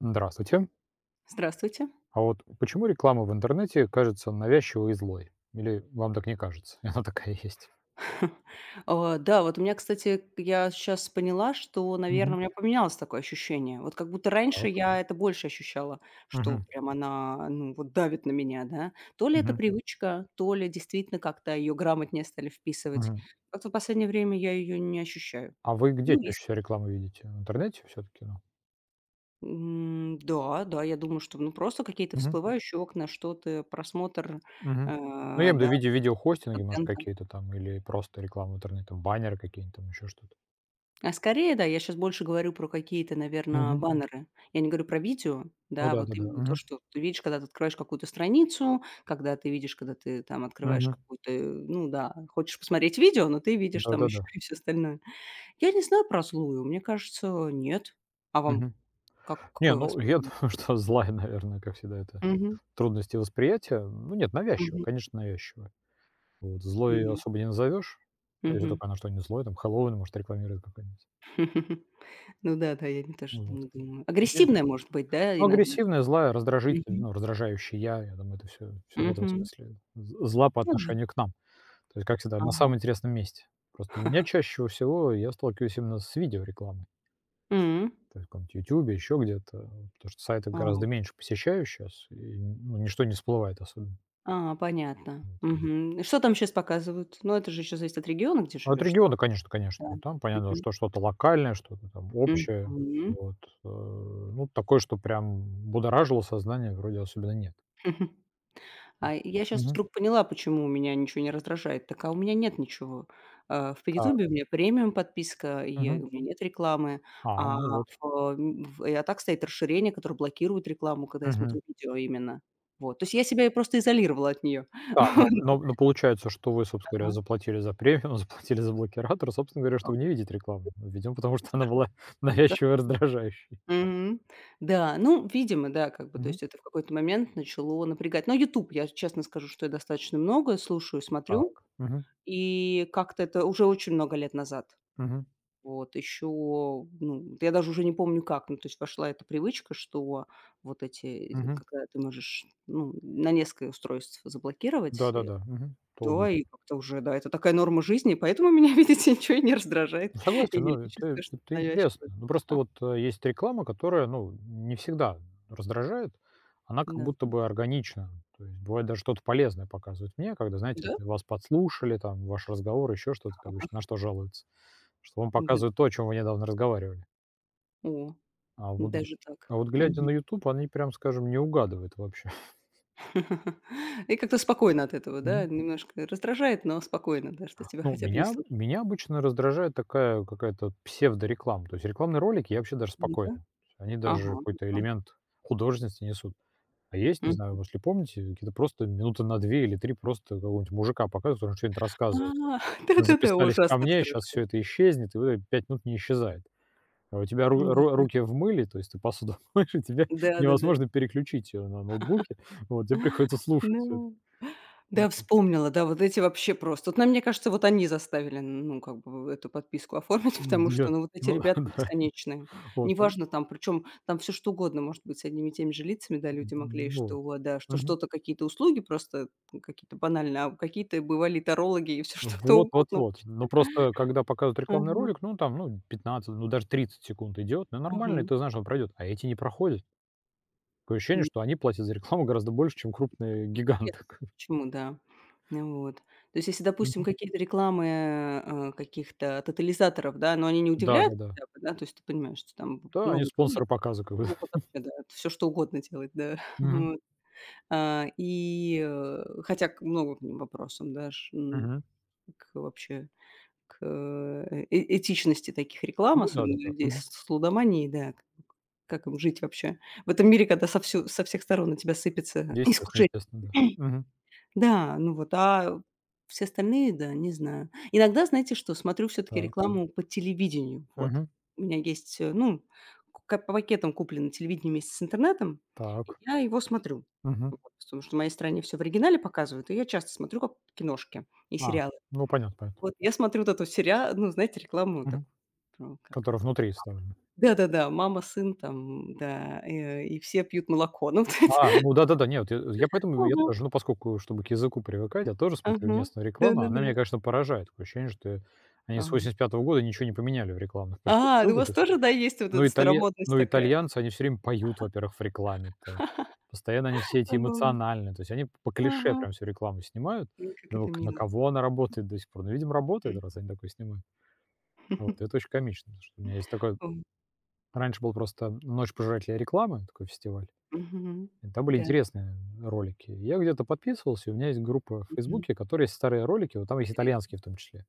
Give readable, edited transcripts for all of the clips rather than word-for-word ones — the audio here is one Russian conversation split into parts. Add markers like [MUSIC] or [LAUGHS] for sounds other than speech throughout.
Здравствуйте. Здравствуйте. А вот почему реклама в интернете кажется навязчивой и злой? Или вам так не кажется? [LAUGHS] Она такая есть. [LAUGHS] А, да, вот у меня, кстати, я сейчас поняла, что, наверное, у Мгм. меня поменялось такое ощущение. Вот как будто раньше Так. я это больше ощущала, что Мгм. прям она, ну, вот давит на меня, да. То ли это Мгм. привычка, то ли действительно как-то ее грамотнее стали вписывать. Мгм. Как-то в последнее время я ее не ощущаю. А вы где Ну, чаще есть. всего рекламу видите? В интернете все-таки? Ну, М, да, да, я думаю, что, ну, просто какие-то мгм. всплывающие окна, что-то, просмотр, Мгм. Ну, я имею в да, виду в виде видеохостинги, может, контента. какие-то там, или просто реклама в интернете, баннеры какие-нибудь там, еще что-то. А скорее, да, я сейчас больше говорю про какие-то, наверное, Мгм. баннеры. Я не говорю про видео, Ну да, да, да, вот да. именно то, Мгм. что ты видишь, когда ты открываешь какую-то страницу, когда ты видишь, когда ты там открываешь Мгм. какую-то, ну да, хочешь посмотреть видео, но ты видишь Да, там да, еще да. [LAUGHS] и все остальное. Я не знаю про злую, мне кажется, нет. А вам Мгм. как Не, какой у вас. ну я [LAUGHS] думаю, что злая, наверное, как всегда, это Мгм, трудности восприятия. Ну нет, навязчиво, мгм, конечно, навязчиво. Вот. Злой мгм, особо не назовешь. Ну, если мгм. только оно что не злое, там Хэллоуин, может, рекламирует какой-нибудь. [LAUGHS] Ну да, да, я не тоже Вот. не думаю. Нет. Агрессивная может быть, да, Ну, иногда? агрессивное, злая, раздражитель, Мгм, ну, раздражающий я. Я думаю, это все, все в этом мгм. смысле да. з Зла по Ну да. отношению к нам. То есть, как всегда, на Ага. самом интересном месте. Просто у меня чаще всего я сталкиваюсь именно с видеорекламой. М. То есть в каком то «Ютубе», еще где-то. Потому что сайты А, гораздо меньше посещаю сейчас, и, ну, ничто не всплывает особенно. а, понятно. Вот. Мгм. И что там сейчас показывают? Ну, это же еще зависит от региона, где А от живешь ты. региона, конечно, конечно. Да. И там понятно, Мгм. что что-то локальное, что-то там общее. Мгм. Вот. Э, ну, такое, что прям будоражило сознание, вроде особенно нет. [LAUGHS] А я сейчас Мгм. вдруг поняла, почему у меня ничего не раздражает. Так, а у меня нет ничего. В Так. "Пятитубе" у меня премиум подписка, и Мгм. у меня нет рекламы. А, А ну вот. в в и а так стоит расширение, которое блокирует рекламу, когда я Мгм. смотрю видео именно. Вот. То есть я себя и просто изолировала от нее. Да, но получается, что вы, собственно говоря, заплатили за премиум, [LAUGHS] заплатили за блокиратор, собственно говоря, чтобы не видеть рекламу. Видимо, потому что она была [LAUGHS] навязчивой и [LAUGHS] раздражающей. Мгм. Да, ну, видимо, да, как бы, то Мгм. есть это в какой-то момент начало напрягать. Но YouTube я честно скажу, что я достаточно много слушаю, смотрю, Так. Мгм. и как-то это уже очень много лет назад. Мгм. Вот еще, ну, я даже уже не помню как, ну, то есть пошла эта привычка, что вот эти, Мгм. когда ты можешь, ну, на несколько устройств заблокировать, Да-да-да. Мгм. То да, удобно. и как-то уже, да, это такая норма жизни, поэтому меня, [LAUGHS] видите, ничего и не раздражает, Ну, и согласен, я но не это чувствую, что это это интересно. навязчиво. Ну, просто А, вот, есть реклама, которая, ну, не всегда раздражает. Она как да, будто бы органична. То есть бывает даже что-то полезное показывают мне, когда, знаете, да? вас подслушали, там, ваш разговор, еще что-то, как обычно, на что жалуются. Что вам Да. показывают то, о чём вы недавно разговаривали. О. А вот Даже а так. вот глядя Мгм. на YouTube, они прям, скажем, не угадывают вообще. [LAUGHS] И как-то спокойно от этого, да? [LAUGHS] Немножко раздражает, но спокойно, да, что тебя Ну, хотя бы не меня слышат. меня обычно раздражает такая какая-то вот псевдореклама. То есть рекламные ролики я вообще даже Ну-ка. спокойно. Они даже Ага, ну какой-то да. элемент художественности несут. А есть, не знаю, М. если помните, какие-то просто минуты на 2 или 3 просто какого-нибудь мужика показывают, который что-нибудь А, рассказывает. [LAUGHS] «Вы да-да-да, записались ко ужасно мне, щас всё раздражает. это исчезнет», и вот это 5 минут не исчезает. А у тебя Ну ру ру да. руки в мыле, то есть ты посуду [LAUGHS] моешь, и тебя Да-да-да. невозможно переключить, ее на ноутбуке. Вот, тебе приходится слушать Да. все это. Да, вспомнила, да, вот эти вообще просто. Вот, на мне кажется, вот они заставили, ну, как бы эту подписку оформить, [LAUGHS] М, потому я что, ну, вот эти ну ребята [LAUGHS] Да, бесконечные. вот. Ну, Неважно там, причем там все что угодно может быть с одними и теми же лицами, да, люди могли, вот. что, вот, да, что Мгм. что-то, какие-то услуги просто какие-то банальные, а какие-то бывали тарологи, и все [LAUGHS] что-то Вот вот угодно. вот. Ну, просто когда показывают рекламный Мгм. ролик, ну, там, ну, 15, ну, даже 30 секунд идет, ну, нормально, и Мгм. ты знаешь, он пройдет, а эти не проходят. Такое ощущение, что они платят за рекламу гораздо больше, чем крупные Интересно, гиганты. [LAUGHS] почему, да. Ну вот. То есть, если, допустим, Мгм. какие-то рекламы, каких-то тотализаторов, да, но они не удивляют Да-да-да. Да, да. хотя бы, да, то есть ты понимаешь, что там б Да, они много денег, спонсоры показа как бы. могут вообще, да, все что угодно делать, да, [LAUGHS] Мгм. вот. Хотя к много к ним вопросам, да, ш ну, Мгм. к вообще к этичности таких реклам, Ну особенно да-да-да. людей Мгм. с лудоманией, да, как им жить вообще в этом мире, когда со всех сторон на тебя сыпется [LAUGHS] Естественно искушение. естественно, да. Мгм. Да, ну вот, а все остальные, да, не знаю. Иногда, знаете что, смотрю все-таки Так. рекламу по телевидению. Вот. Мгм. У меня есть, ну, к по пакетам куплено телевидение вместе с интернетом, и Так. я его смотрю. Мгм. Вот. Потому что в моей стране все в оригинале показывают, и я часто смотрю как киношки и А, сериалы. ну понятно понятно. Вот я смотрю вот эту сериа ну, знаете, рекламу Мгм. такую. Про как Которые внутри вставлены. Да-да-да, мама, сын там, да, и все пьют молоко. Ну, [LAUGHS] вот А, это. ну да-да-да, нет, я поэтому я Ага, тоже, ну, поскольку, чтобы к языку привыкать, я тоже смотрю ага. местную рекламу. Она Да-да-да. меня, конечно, поражает. Такое ощущение, что они с Ага. 85-го года ничего не поменяли в рекламных А, ну у предпосылках. вас То есть, тоже, да, есть вот ну, эта италья старомодность ну, такая? итальянцы, они все время поют, во-первых, в рекламе там. Постоянно они все эти Забавно. эмоциональные. То есть они по клише Ага. прям всю рекламу снимают. Ой, как Я думаю, это на мило. кого она работает до сих пор? Ну, видимо, работает, М. раз они такое снимают. Вот, это [LAUGHS] очень комично, потому что у меня есть такое Ой. раньше был просто «Ночь пожирателей рекламы», такой фестиваль. Мгм. Там были Да-да. интересные ролики. Я где-то подписывался, и у меня есть группа в Мгм. «Фейсбуке», в которой есть старые ролики, вот там есть Интересно. итальянские в том числе.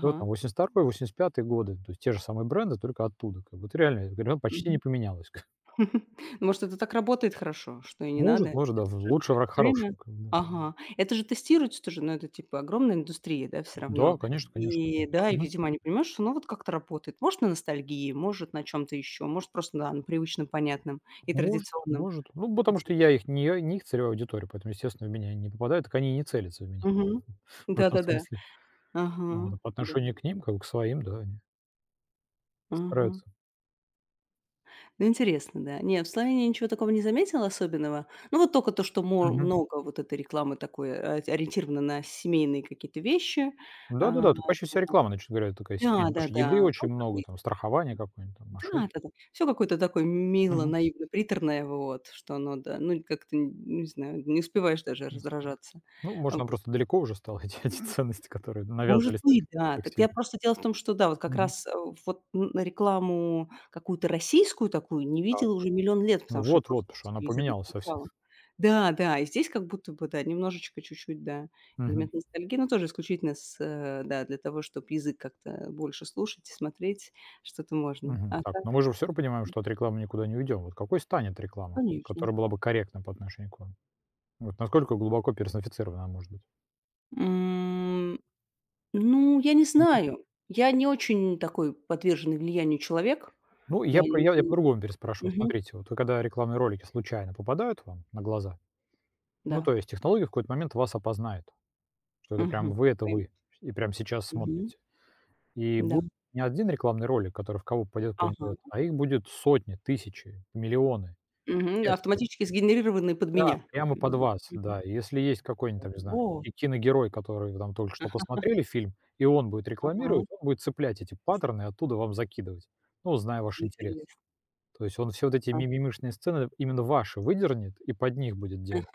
И вот там 82 85 годы, то есть те же самые бренды, только оттуда. Как бы вот реально, я говорю: «Ну, почти не Мгм. поменялось». [LAUGHS] [LAUGHS] Может, это так работает хорошо, что и не надо. Может, Это да, в же лучший враг всё время. хорошего, как бы. Ага. Это же тестируется тоже, но это типа огромная индустрия, да, все Да, равно. конечно конечно. И да, и, Мгм. видимо, они понимают, что, ну, вот как-то работает. Может, на ностальгии, может, на чем то еще, может, просто, да, на привычном, понятном и Может традиционном. может. Ну, потому что Интересно. я не их целевая аудитория, поэтому, естественно, в меня не попадают, так они и не целятся в меня. Мгм. [LAUGHS] В этом Да-да-да. смысле. Вот, Ага. а по Да. отношению к ним, как бы к своим, да, они Ага. стараются. Ну, интересно, да. Не, в Словении ничего такого не заметила особенного. Ну, вот только то, что мо много вот этой рекламы такой, ориентировано на семейные какие-то вещи. А, Да-да-да, так почти вся реклама, значит говоря, такая да, семейная, потому что да-да. еды очень Ну, как много, есть. там страхование какое-нибудь, там машин. Да-да-да. Всё какое-то такое мило, Мгм. наивно, приторное, вот, что оно, да, ну, как-то, н не знаю, не успеваешь даже Нас раздражаться. ну, может, Вот. нам просто далеко уже стало [LAUGHS] эти ценности, которые Может навязывались так быть, да. так Так я сильно. просто дело в том, что да, вот как Мгм. раз, э, вот н на рекламу какую-то российскую такую не Так. видела уже миллион лет, Ну потому что я просто вот-вот, потому что она телевизор не поменялась совсем. включала. Да, да, и здесь как будто бы, да, немножечко, чуть-чуть, да, Мгм. элемент ностальгии, но тоже исключительно с, да, для того, чтобы язык как-то больше слушать и смотреть что-то можно. Мгм. А Так, так, но мы же всё равно понимаем, что от рекламы никуда не уйдем. Вот какой станет реклама, конечно. которая была бы корректна по отношению к вам? Вот насколько глубоко персонифицирована она может быть? М, ну, я не Мгм. знаю. Я не очень такой подверженный влиянию человек. Ну, Я я про не. Я по-другому переспрашиваю. Мгм, Смотрите, вот вы когда рекламные ролики случайно попадают вам на глаза. Ну, то да. есть технология в какой-то момент вас опознает, что это прям Мгм. Это Пойм. вы, и прям сейчас Мгм. смотрите. И Да. будет не один рекламный ролик, который в кого попадет, в кого не Ага. попадет, а их будет сотни, тысячи, миллионы Мгм. версий. Автоматически сгенерированные под Да, меня. прямо под Мгм. вас, Мгм. да. И если есть какой-нибудь, там, не знаю, Во. и киногерой, который вы там только что Ага, посмотрели фильм, и он будет ага. рекламировать, он будет цеплять эти паттерны и оттуда вам закидывать, ну, зная ваш интерес. Интересно. То есть он все вот эти А. мимимишные сцены именно ваши выдернет и под них будет делать.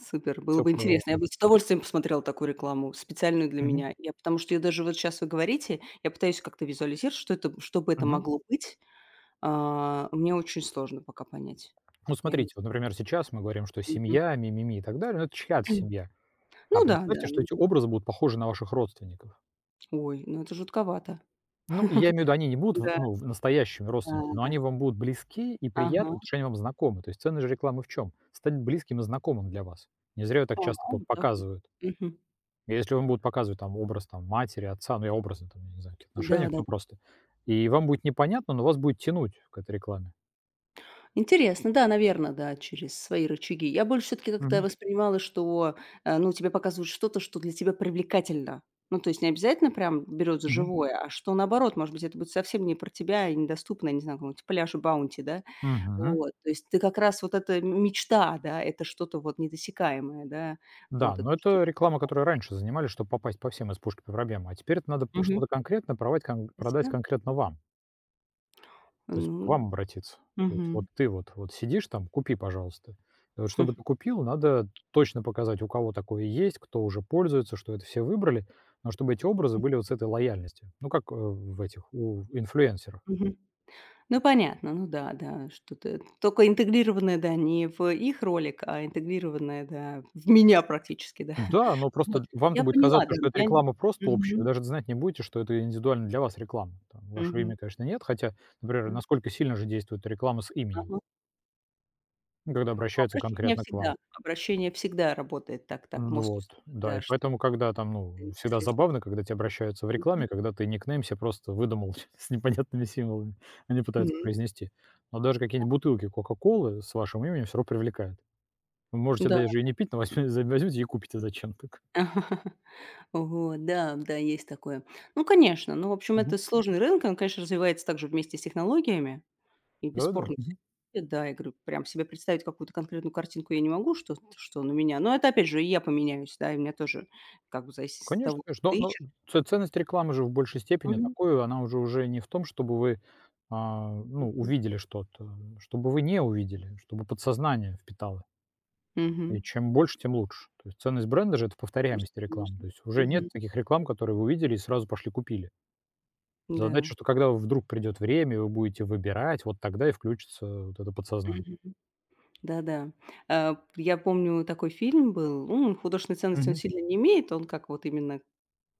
Супер. Было Всё. бы интересно. Я бы с удовольствием посмотрела такую рекламу, специальную для меня. Я потому что я даже вот сейчас вы говорите, я пытаюсь как-то визуализировать, что это что бы это могло быть. А, мне очень сложно пока понять. Ну, Я не смотрите, вот, зн. например, сейчас мы говорим, что Мгм. семья, ми-ми-ми и так далее, но это чья-то [CLEARS THROAT] семья. А Ну да, да. представьте, что эти образы будут похожи на ваших родственников. Ой, ну это жутковато. Ну, я [LAUGHS] имею в виду, они не будут Да. Настоящими Да, родственниками, но да. они вам будут близки и приятны, Ага. потому что они вам знакомы. То есть ценность же рекламы в чем? Стать близким и знакомым для вас. Не зря ее так А, вот часто так вот. показывают. Мгм. И если вам будут показывать там образ там, матери, отца, ну я образно там, не знаю, в каких отношениях, Да-да-да. ну просто. И вам будет непонятно, но вас будет тянуть к этой рекламе. Интересно, да, наверное, да, через свои рычаги. Я больше все таки как-то Мгм. воспринимала, что, ну, тебе показывают что-то, что для тебя привлекательно. Ну, то есть не обязательно прям берёт за Мгм. живое, а что наоборот, может быть, это будет совсем не про тебя и недоступно, не знаю, какой-нибудь пляж Баунти, да? Мгм. Вот, то есть ты как раз вот эта мечта, да, это что-то вот недосягаемое, да, Да, вот это но что-то. это реклама, которой раньше занимались, чтобы попасть по всем из пушки по проблемам. А теперь это надо Мгм. что-то конкретно Для продать себя? конкретно вам. То есть к Ну, вам обратиться. То есть вот мгм. ты сидишь там, купи, пожалуйста. И вот чтобы [LAUGHS] ты купил, надо точно показать, у кого такое есть, кто уже пользуется, что это все выбрали, но чтобы эти образы были вот с этой лояльностью. Ну, как в этих, у инфлюенсеров. Мгм. Ну, понятно, ну да, да, что-то только интегрированное, да, не в их ролик, а интегрированное, да, в меня практически, да. Да, но Вот, просто вам-то я будет поняла, казаться, да, что это я н реклама просто общая. Вы Мгм, даже знать не будете, что это индивидуально для вас реклама. Там вашего мгм, имени, конечно, нет, хотя, например, да. насколько сильно же действует реклама с именем, Ага. ну, когда Ну, обращаются конкретно к вам. Обращение всегда работает так мозг Вот, устроен, да, да, и что поэтому, когда там, это ну, всегда непосредственно забавно, тебе. когда тебе обращаются в рекламе, когда ты никнейм себе просто выдумал [LAUGHS] с непонятными символами, они пытаются Мгм. произнести. Но даже какие-нибудь бутылки Кока-Колы с вашим именем все равно привлекают. Вы М, можете да. даже и не пить, но возьмете, [LAUGHS] возьмете и купите зачем-то. [LAUGHS] Вот, да, да, есть такое. Ну, конечно, ну, в общем, Мгм. это сложный рынок, он, конечно, развивается также вместе с технологиями. И Да-да. бесспорно всё да, я говорю, прям себе представить какую-то конкретную картинку я не могу, что на меня. Но это, опять же, и я поменяюсь, да, и у меня тоже как бы зависит от Конечно, того, что конечно. ты Но ищешь. но ц ценность рекламы же в большей степени Мгм, такую, она уже не в том, чтобы вы, а, ну, мгм, увидели что-то, чтобы вы не увидели, чтобы подсознание впитало. И мгм. чем больше, тем лучше. То есть ценность бренда же- это Конечно, повторяемость конечно. рекламы. То есть уже нет Мгм. таких реклам, которые вы увидели и сразу пошли купили. Да. Задача, что когда вдруг придет время, и вы будете выбирать, вот тогда и включится вот это подсознание. Мгм. Да-да. Я помню, такой фильм был, ну, он художественной ценности он Мгм. сильно не имеет, он как вот именно.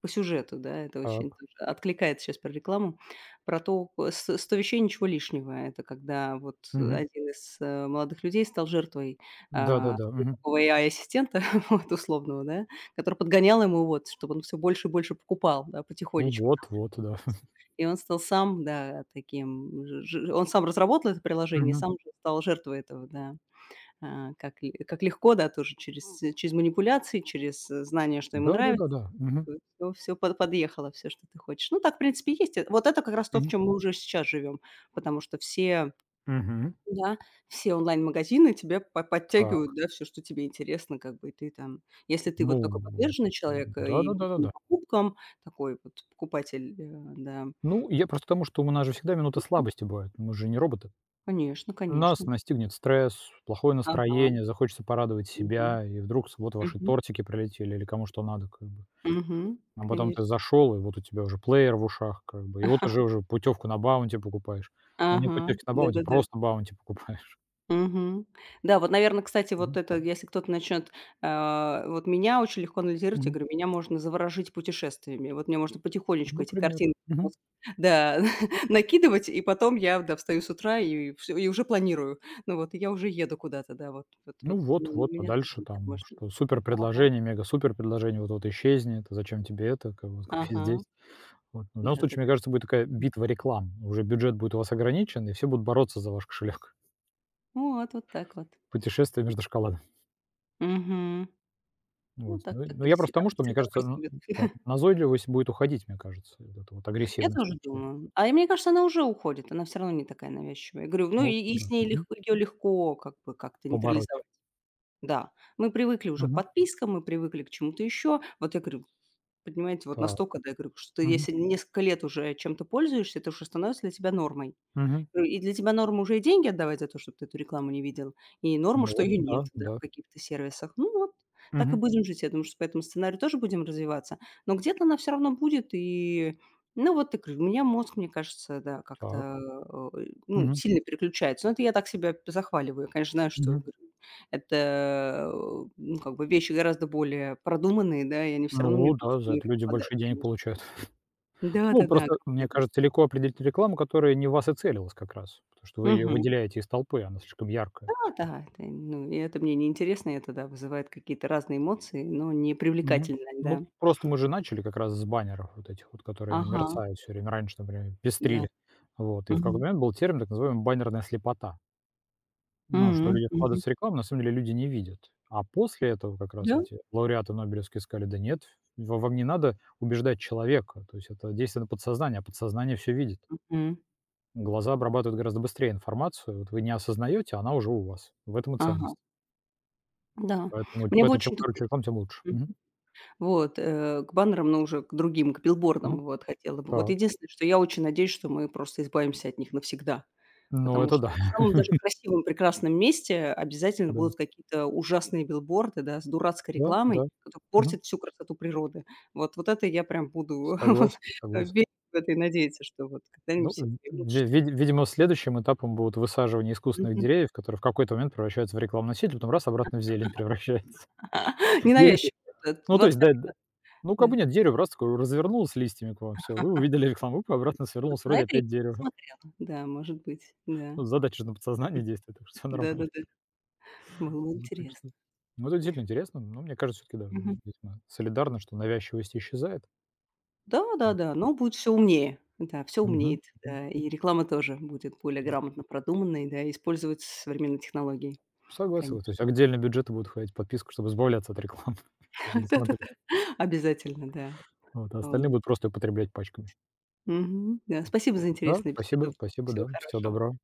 По сюжету, да, это очень Так. тоже откликается сейчас про рекламу. Про то, с "100 вещей, ничего лишнего". Это когда вот Мгм. один из, молодых людей стал жертвой, а, Да-да-да. ну, Мгм. такого AI-ассистента, [LAUGHS] вот, условного, да, который подгонял ему, вот, чтобы он все больше и больше покупал, да, Ну потихонечку там вот, вот, да. вот. [LAUGHS] И он стал сам, да, таким ж ж он сам разработал это приложение, Мгм. сам же стал жертвой этого, да. А, как легко, да, тоже через через манипуляции, через, знание, что ему нравится, Да-да-да-да. Мгм. все подъехало, все что ты хочешь. Ну, так, в принципе, есть. Вот это как раз то, в Мгм. чем мы уже сейчас живем, потому что все Мгм. да, все онлайн-магазины тебя по подтягивают, Так. да, все что тебе интересно, как бы, и ты там если ты Ну, вот такой подверженный человек, и импульсивным да-да-да-да-да. покупкам, такой вот покупатель, да. Ну, я просто к тому, что у нас же всегда минуты слабости бывают, мы же не роботы. Конечно, Нас конечно. настигнет стресс, плохое Ага. настроение, захочется порадовать Мгм. себя, и вдруг вот ваши Мгм. тортики прилетели или кому что надо, как бы. Мгм. А потом ты Конечно. зашел, и вот у тебя уже плеер в ушах, как бы, и вот уже путевку на Баунти покупаешь. А нет Ага. путевки на Баунти, Да-да-да. просто Баунти покупаешь. Мгм. Да, вот, наверное кстати, [LAUGHS] вот Мгм. это, если кто-то начнет, а, вот меня очень легко анализировать, я Мгм. говорю, меня можно заворожить путешествиями. Вот мне можно потихонечку эти Например. картины в Мгм. мозг, да, [LAUGHS] накидывать, и потом я, да, встаю с утра и всё, и уже планирую. Ну вот, и я уже еду куда-то, да, вот вот вот. Ну вот, Ну, вот, у а меня дальше точно так там, можно. что супер Ага, предложение, мега супер предложение, вот вот исчезнет, а зачем тебе это, как бы, [LAUGHS] купи здесь. ага, Вот. В данном случае, да-да-да. мне кажется, будет такая битва реклам. Уже бюджет будет у вас ограничен, и все будут бороться за ваш кошелек. Вот вот так вот. [LAUGHS] Путешествие между шоколадом. Мгм. Ну, Вот. так Ну, так ну, и я просто всегда тому, так что, мне всегда кажется, происходит. да, [LAUGHS] назойливость будет уходить, мне кажется, и вот эта вот Я агрессивность в тоже том числе. думаю. А и мне кажется, она уже уходит, она все равно не такая навязчивая. Я говорю, ну и Ну, и с да. ней Мгм. легко ее легко как бы как-то Побороть. нейтрализовать. Да, мы привыкли уже к Мгм. подпискам, мы привыкли к чему-то еще. Вот я говорю, понимаете, вот Так. настолько, да, я говорю, что ты Мгм. если несколько лет уже чем-то пользуешься, это уже становится для тебя нормой. Мгм. И для тебя норма уже и деньги отдавать за то, чтобы ты эту рекламу не видел, и норма, что Ну, ее да, нет, да, в да. каких-то сервисах. Ну вот, так и Мгм. будем жить. Я думаю, что по этому сценарию тоже будем развиваться, но где-то она все равно будет. И, ну, вот ты у меня мозг, мне кажется, да, Так. как-то, ну, Мгм. сильно переключается. Но это я так себя захваливаю. Я, конечно, знаю, что я Мгм. говорю, это, ну, как бы вещи гораздо более продуманные, да, и они все равно мне Ну, в мозг да, за это многие люди попадают, большие денег конечно. получают. [LAUGHS] Ну, Да-да-да, просто, крупная мне кажется, индустрия. легко определить рекламу, которая не в вас и целилась как раз, потому что вы ее выделяете из толпы, она слишком яркая. Да-да, это, ну, и это мне неинтересно, это, да, вызывает какие-то разные эмоции, но не Мгм. привлекательные, Ну, да. просто мы же начали как раз с баннеров вот этих вот, которые Ага, мерцают все время. Раньше, например, да. пестрили. Вот, и в какой-то Мгм. момент был термин, так называемый «баннерная слепота». Ну, что М, люди мгм. вкладываются в рекламу, на самом деле люди не видят. А после этого как раз Да? эти лауреаты нобелевские сказали: «Да нет, в вам не надо убеждать человека». То есть это действие на подсознание, а подсознание все видит. Мгм. Глаза обрабатывают гораздо быстрее информацию. Вот вы не осознаете, а она уже у вас. В этом и Ага, ценность. да. Поэтому Мне бы поэтому чем очень такой. короче реклама, тем лучше. М. Мгм. Вот, к баннерам, но уже к другим, к Ну, билбордам, вот, хотела бы. Вот так. единственное, что я очень надеюсь, что мы просто избавимся от них навсегда. Ну, Потому это что да. в [LAUGHS] самом даже красивом, прекрасном месте обязательно Да. будут какие-то ужасные билборды, да, с дурацкой Да, рекламой, да. которая Мгм. портит всю красоту природы. Вот вот это я прям буду [LAUGHS] вот, Согласен, согласен. верить в это и надеяться, что вот когда-нибудь Ну, все поймут, ви что. ви видимо, следующим этапом будет высаживание искусственных Мгм. деревьев, которые в какой-то момент превращаются в рекламноситель, потом обратно в зелень превращается. [LAUGHS] [LAUGHS] Видите? Ненавязчиво. Вот, Ну, то есть, да, 25 д кадр, ну, как да. бы нет, дерево раз такое развернулось листьями к вам, все. Вы увидели рекламу, вы обратно Вот свернулось, на вроде это я опять не дерево. смотрела. Да, может быть, да. Ну, задача же на подсознание действует, так что [LAUGHS] всё нормально. Да-да-да. Было бы Ну, так интересно. что ну, это действительно интересно. Но мне кажется, все таки да, ну, здесь мы солидарны, что навязчивость исчезает. Вот. Да-да-да, но будет все умнее. Да, все Мгм. умнеет, да, и реклама тоже будет более Мгм. грамотно продуманной, да, и использовать современные технологии, Согласен. То есть конечно. отдельно бюджеты будут ходить в подписку, чтобы избавляться от рекламы, [LAUGHS] чтобы [LAUGHS] не Да-да-да, смотреть. обязательно, да. Вот, а остальные Вот. будут просто употреблять пачками. Мгм. Да, Вот. спасибо за Да, интересную спасибо, беседу. спасибо, Всего да. Всего хорошего. доброго.